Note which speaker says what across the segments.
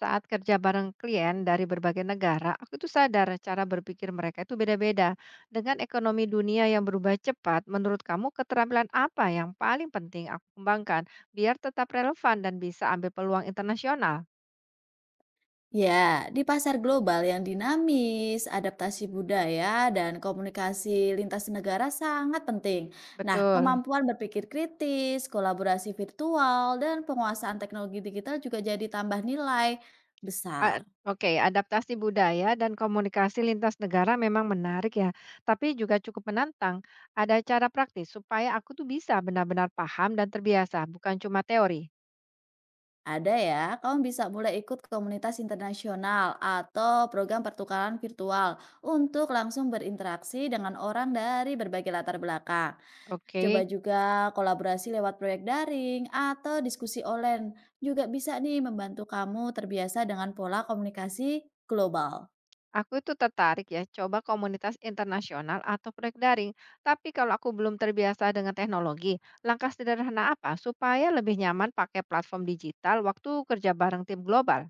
Speaker 1: Saat kerja bareng klien dari berbagai negara, aku tuh sadar cara berpikir mereka itu beda-beda. Dengan ekonomi dunia yang berubah cepat, menurut kamu keterampilan apa yang paling penting aku kembangkan biar tetap relevan dan bisa ambil peluang internasional?
Speaker 2: Ya, di pasar global yang dinamis, adaptasi budaya, dan komunikasi lintas negara sangat penting. Nah,
Speaker 1: Betul.
Speaker 2: kemampuan berpikir kritis, kolaborasi virtual, dan penguasaan teknologi digital juga jadi tambah nilai
Speaker 1: A-
Speaker 2: besar.
Speaker 1: Oke, adaptasi budaya dan komunikasi lintas negara memang menarik ya, tapi juga cukup menantang. Ada cara praktis supaya aku tuh bisa benar-benar paham dan terbiasa, bukan cuma teori.
Speaker 2: Ada ya, kamu bisa mulai ikut komunitas internasional atau program pertukaran virtual untuk langsung berinteraksi dengan orang dari berbagai latar belakang. Coba
Speaker 1: Oke.
Speaker 2: juga kolaborasi lewat proyek daring atau diskusi online juga bisa nih membantu kamu terbiasa dengan pola komunikasi global.
Speaker 1: Aku itu tertarik ya, coba komunitas internasional atau proyek daring. Tapi kalau aku belum terbiasa dengan teknologi, langkah sederhana apa supaya lebih nyaman pakai platform digital waktu kerja bareng tim global?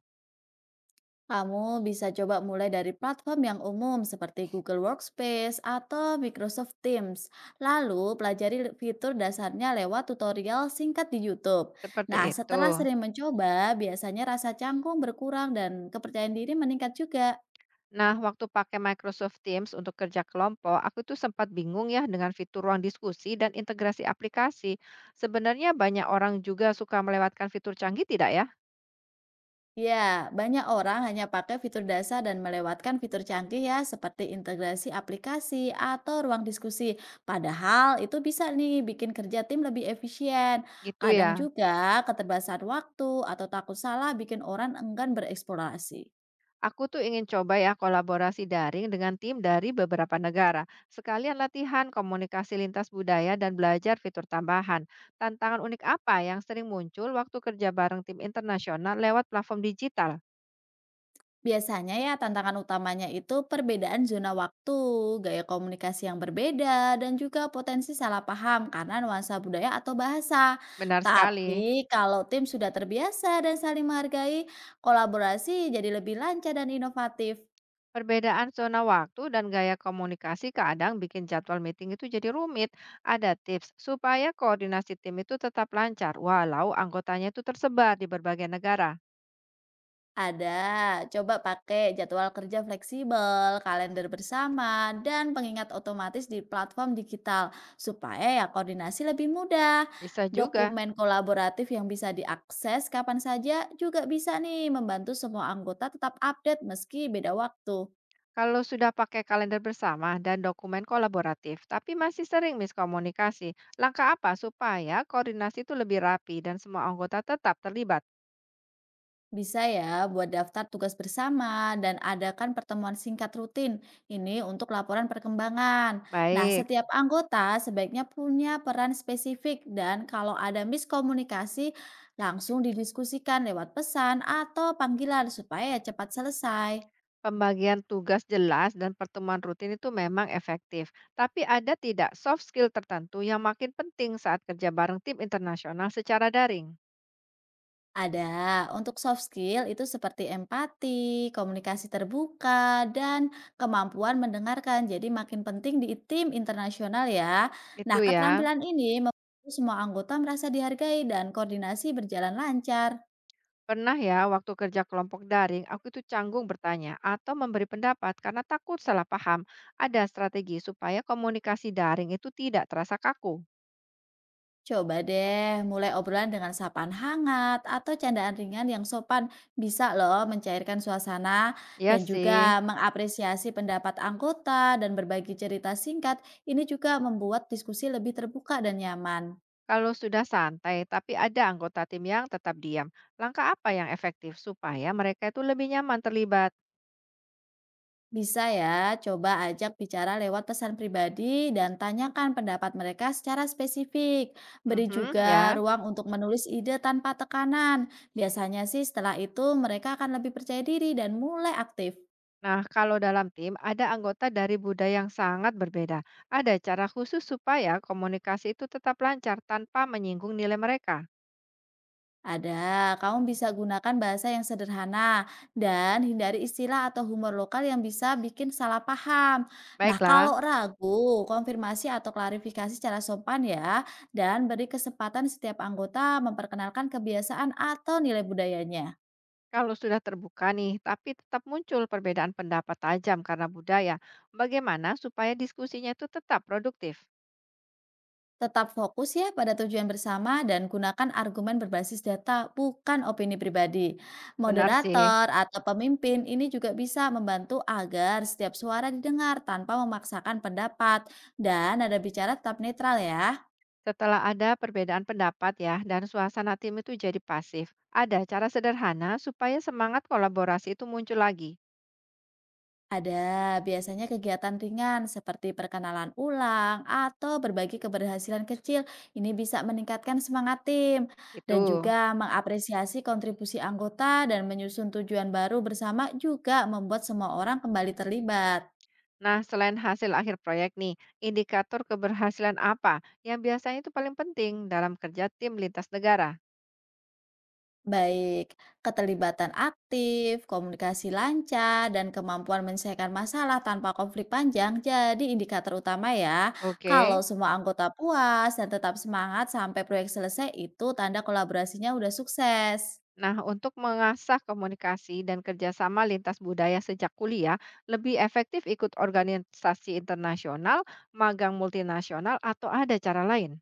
Speaker 2: Kamu bisa coba mulai dari platform yang umum seperti Google Workspace atau Microsoft Teams. Lalu pelajari fitur dasarnya lewat tutorial singkat di YouTube.
Speaker 1: Seperti
Speaker 2: Nah,
Speaker 1: itu.
Speaker 2: setelah sering mencoba, biasanya rasa canggung berkurang dan kepercayaan diri meningkat juga.
Speaker 1: Nah, waktu pakai Microsoft Teams untuk kerja kelompok, aku tuh sempat bingung ya dengan fitur ruang diskusi dan integrasi aplikasi. Sebenarnya banyak orang juga suka melewatkan fitur canggih tidak ya?
Speaker 2: Ya, banyak orang hanya pakai fitur dasar dan melewatkan fitur canggih ya, seperti integrasi aplikasi atau ruang diskusi. Padahal itu bisa nih bikin kerja tim lebih efisien.
Speaker 1: Gitu
Speaker 2: Kadang
Speaker 1: ya.
Speaker 2: juga keterbatasan waktu atau takut salah bikin orang enggan bereksplorasi.
Speaker 1: Aku tuh ingin coba ya kolaborasi daring dengan tim dari beberapa negara. Sekalian latihan komunikasi lintas budaya dan belajar fitur tambahan. Tantangan unik apa yang sering muncul waktu kerja bareng tim internasional lewat platform digital?
Speaker 2: Biasanya ya tantangan utamanya itu perbedaan zona waktu, gaya komunikasi yang berbeda, dan juga potensi salah paham karena nuansa budaya atau bahasa.
Speaker 1: Benar sekali.
Speaker 2: Tapi kalau tim sudah terbiasa dan saling menghargai, kolaborasi jadi lebih lancar dan inovatif.
Speaker 1: Perbedaan zona waktu dan gaya komunikasi kadang bikin jadwal meeting itu jadi rumit. Ada tips supaya koordinasi tim itu tetap lancar walau anggotanya itu tersebar di berbagai negara.
Speaker 2: Ada, coba pakai jadwal kerja fleksibel, kalender bersama, dan pengingat otomatis di platform digital supaya ya koordinasi lebih mudah.
Speaker 1: Bisa juga.
Speaker 2: Dokumen kolaboratif yang bisa diakses kapan saja juga bisa nih membantu semua anggota tetap update meski beda waktu.
Speaker 1: Kalau sudah pakai kalender bersama dan dokumen kolaboratif, tapi masih sering miskomunikasi, langkah apa supaya koordinasi itu lebih rapi dan semua anggota tetap terlibat?
Speaker 2: Bisa ya, buat daftar tugas bersama dan adakan pertemuan singkat rutin. Ini untuk laporan perkembangan. Nah,
Speaker 1: Baik,
Speaker 2: setiap anggota sebaiknya punya peran spesifik dan kalau ada miskomunikasi, langsung didiskusikan lewat pesan atau panggilan supaya cepat selesai.
Speaker 1: pembagian tugas jelas dan pertemuan rutin itu memang efektif. Tapi ada tidak soft skill tertentu yang makin penting saat kerja bareng tim internasional secara daring?
Speaker 2: Ada, untuk soft skill itu seperti empati, komunikasi terbuka, dan kemampuan mendengarkan. Jadi makin penting di tim internasional ya. Nah,
Speaker 1: Itu ya.
Speaker 2: keterampilan ini membantu semua anggota merasa dihargai dan koordinasi berjalan lancar.
Speaker 1: Pernah ya, waktu kerja kelompok daring, aku itu canggung bertanya atau memberi pendapat karena takut salah paham. Ada strategi supaya komunikasi daring itu tidak terasa kaku.
Speaker 2: Coba deh, mulai obrolan dengan sapaan hangat atau candaan ringan yang sopan bisa loh mencairkan suasana
Speaker 1: Ya
Speaker 2: dan juga
Speaker 1: sih,
Speaker 2: mengapresiasi pendapat anggota dan berbagi cerita singkat. Ini juga membuat diskusi lebih terbuka dan nyaman.
Speaker 1: kalau sudah santai, tapi ada anggota tim yang tetap diam. Langkah apa yang efektif supaya mereka itu lebih nyaman terlibat?
Speaker 2: Bisa ya, coba ajak bicara lewat pesan pribadi dan tanyakan pendapat mereka secara spesifik. Beri
Speaker 1: Mhm,
Speaker 2: juga
Speaker 1: ya.
Speaker 2: ruang untuk menulis ide tanpa tekanan. Biasanya sih setelah itu mereka akan lebih percaya diri dan mulai aktif.
Speaker 1: Nah, kalau dalam tim ada anggota dari budaya yang sangat berbeda, ada cara khusus supaya komunikasi itu tetap lancar tanpa menyinggung nilai mereka.
Speaker 2: Ada, kamu bisa gunakan bahasa yang sederhana dan hindari istilah atau humor lokal yang bisa bikin salah paham. Nah, kalau
Speaker 1: Baiklah.
Speaker 2: ragu, konfirmasi atau klarifikasi secara sopan ya, dan beri kesempatan setiap anggota memperkenalkan kebiasaan atau nilai budayanya.
Speaker 1: Kalau sudah terbuka nih, tapi tetap muncul perbedaan pendapat tajam karena budaya, bagaimana supaya diskusinya itu tetap produktif?
Speaker 2: Tetap fokus ya pada tujuan bersama dan gunakan argumen berbasis data, bukan opini pribadi.
Speaker 1: Benar sih,
Speaker 2: Moderator atau pemimpin ini juga bisa membantu agar setiap suara didengar tanpa memaksakan pendapat dan nada bicara tetap netral ya.
Speaker 1: setelah ada perbedaan pendapat ya, dan suasana tim itu jadi pasif, ada cara sederhana supaya semangat kolaborasi itu muncul lagi.
Speaker 2: Ada biasanya kegiatan ringan seperti perkenalan ulang atau berbagi keberhasilan kecil. Ini bisa meningkatkan semangat tim dan
Speaker 1: Gitu.
Speaker 2: juga mengapresiasi kontribusi anggota dan menyusun tujuan baru bersama juga membuat semua orang kembali terlibat.
Speaker 1: Nah, selain hasil akhir proyek nih, indikator keberhasilan apa yang biasanya itu paling penting dalam kerja tim lintas negara?
Speaker 2: Baik keterlibatan aktif, komunikasi lancar, dan kemampuan menyelesaikan masalah tanpa konflik panjang jadi indikator utama ya.
Speaker 1: Oke.
Speaker 2: Kalau semua anggota puas dan tetap semangat sampai proyek selesai, itu tanda kolaborasinya udah sukses.
Speaker 1: Nah, untuk mengasah komunikasi dan kerjasama lintas budaya sejak kuliah, lebih efektif ikut organisasi internasional, magang multinasional, atau ada cara lain?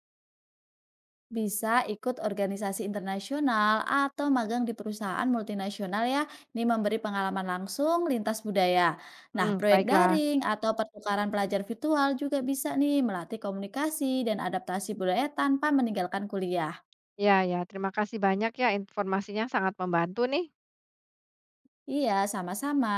Speaker 2: Bisa ikut organisasi internasional atau magang di perusahaan multinasional ya. Ini memberi pengalaman langsung lintas budaya. Nah,
Speaker 1: Hmm,
Speaker 2: proyek
Speaker 1: baiklah.
Speaker 2: daring atau pertukaran pelajar virtual juga bisa nih melatih komunikasi dan adaptasi budaya tanpa meninggalkan kuliah.
Speaker 1: Ya, ya. Terima kasih banyak ya. Informasinya sangat membantu nih.
Speaker 2: Iya, sama-sama.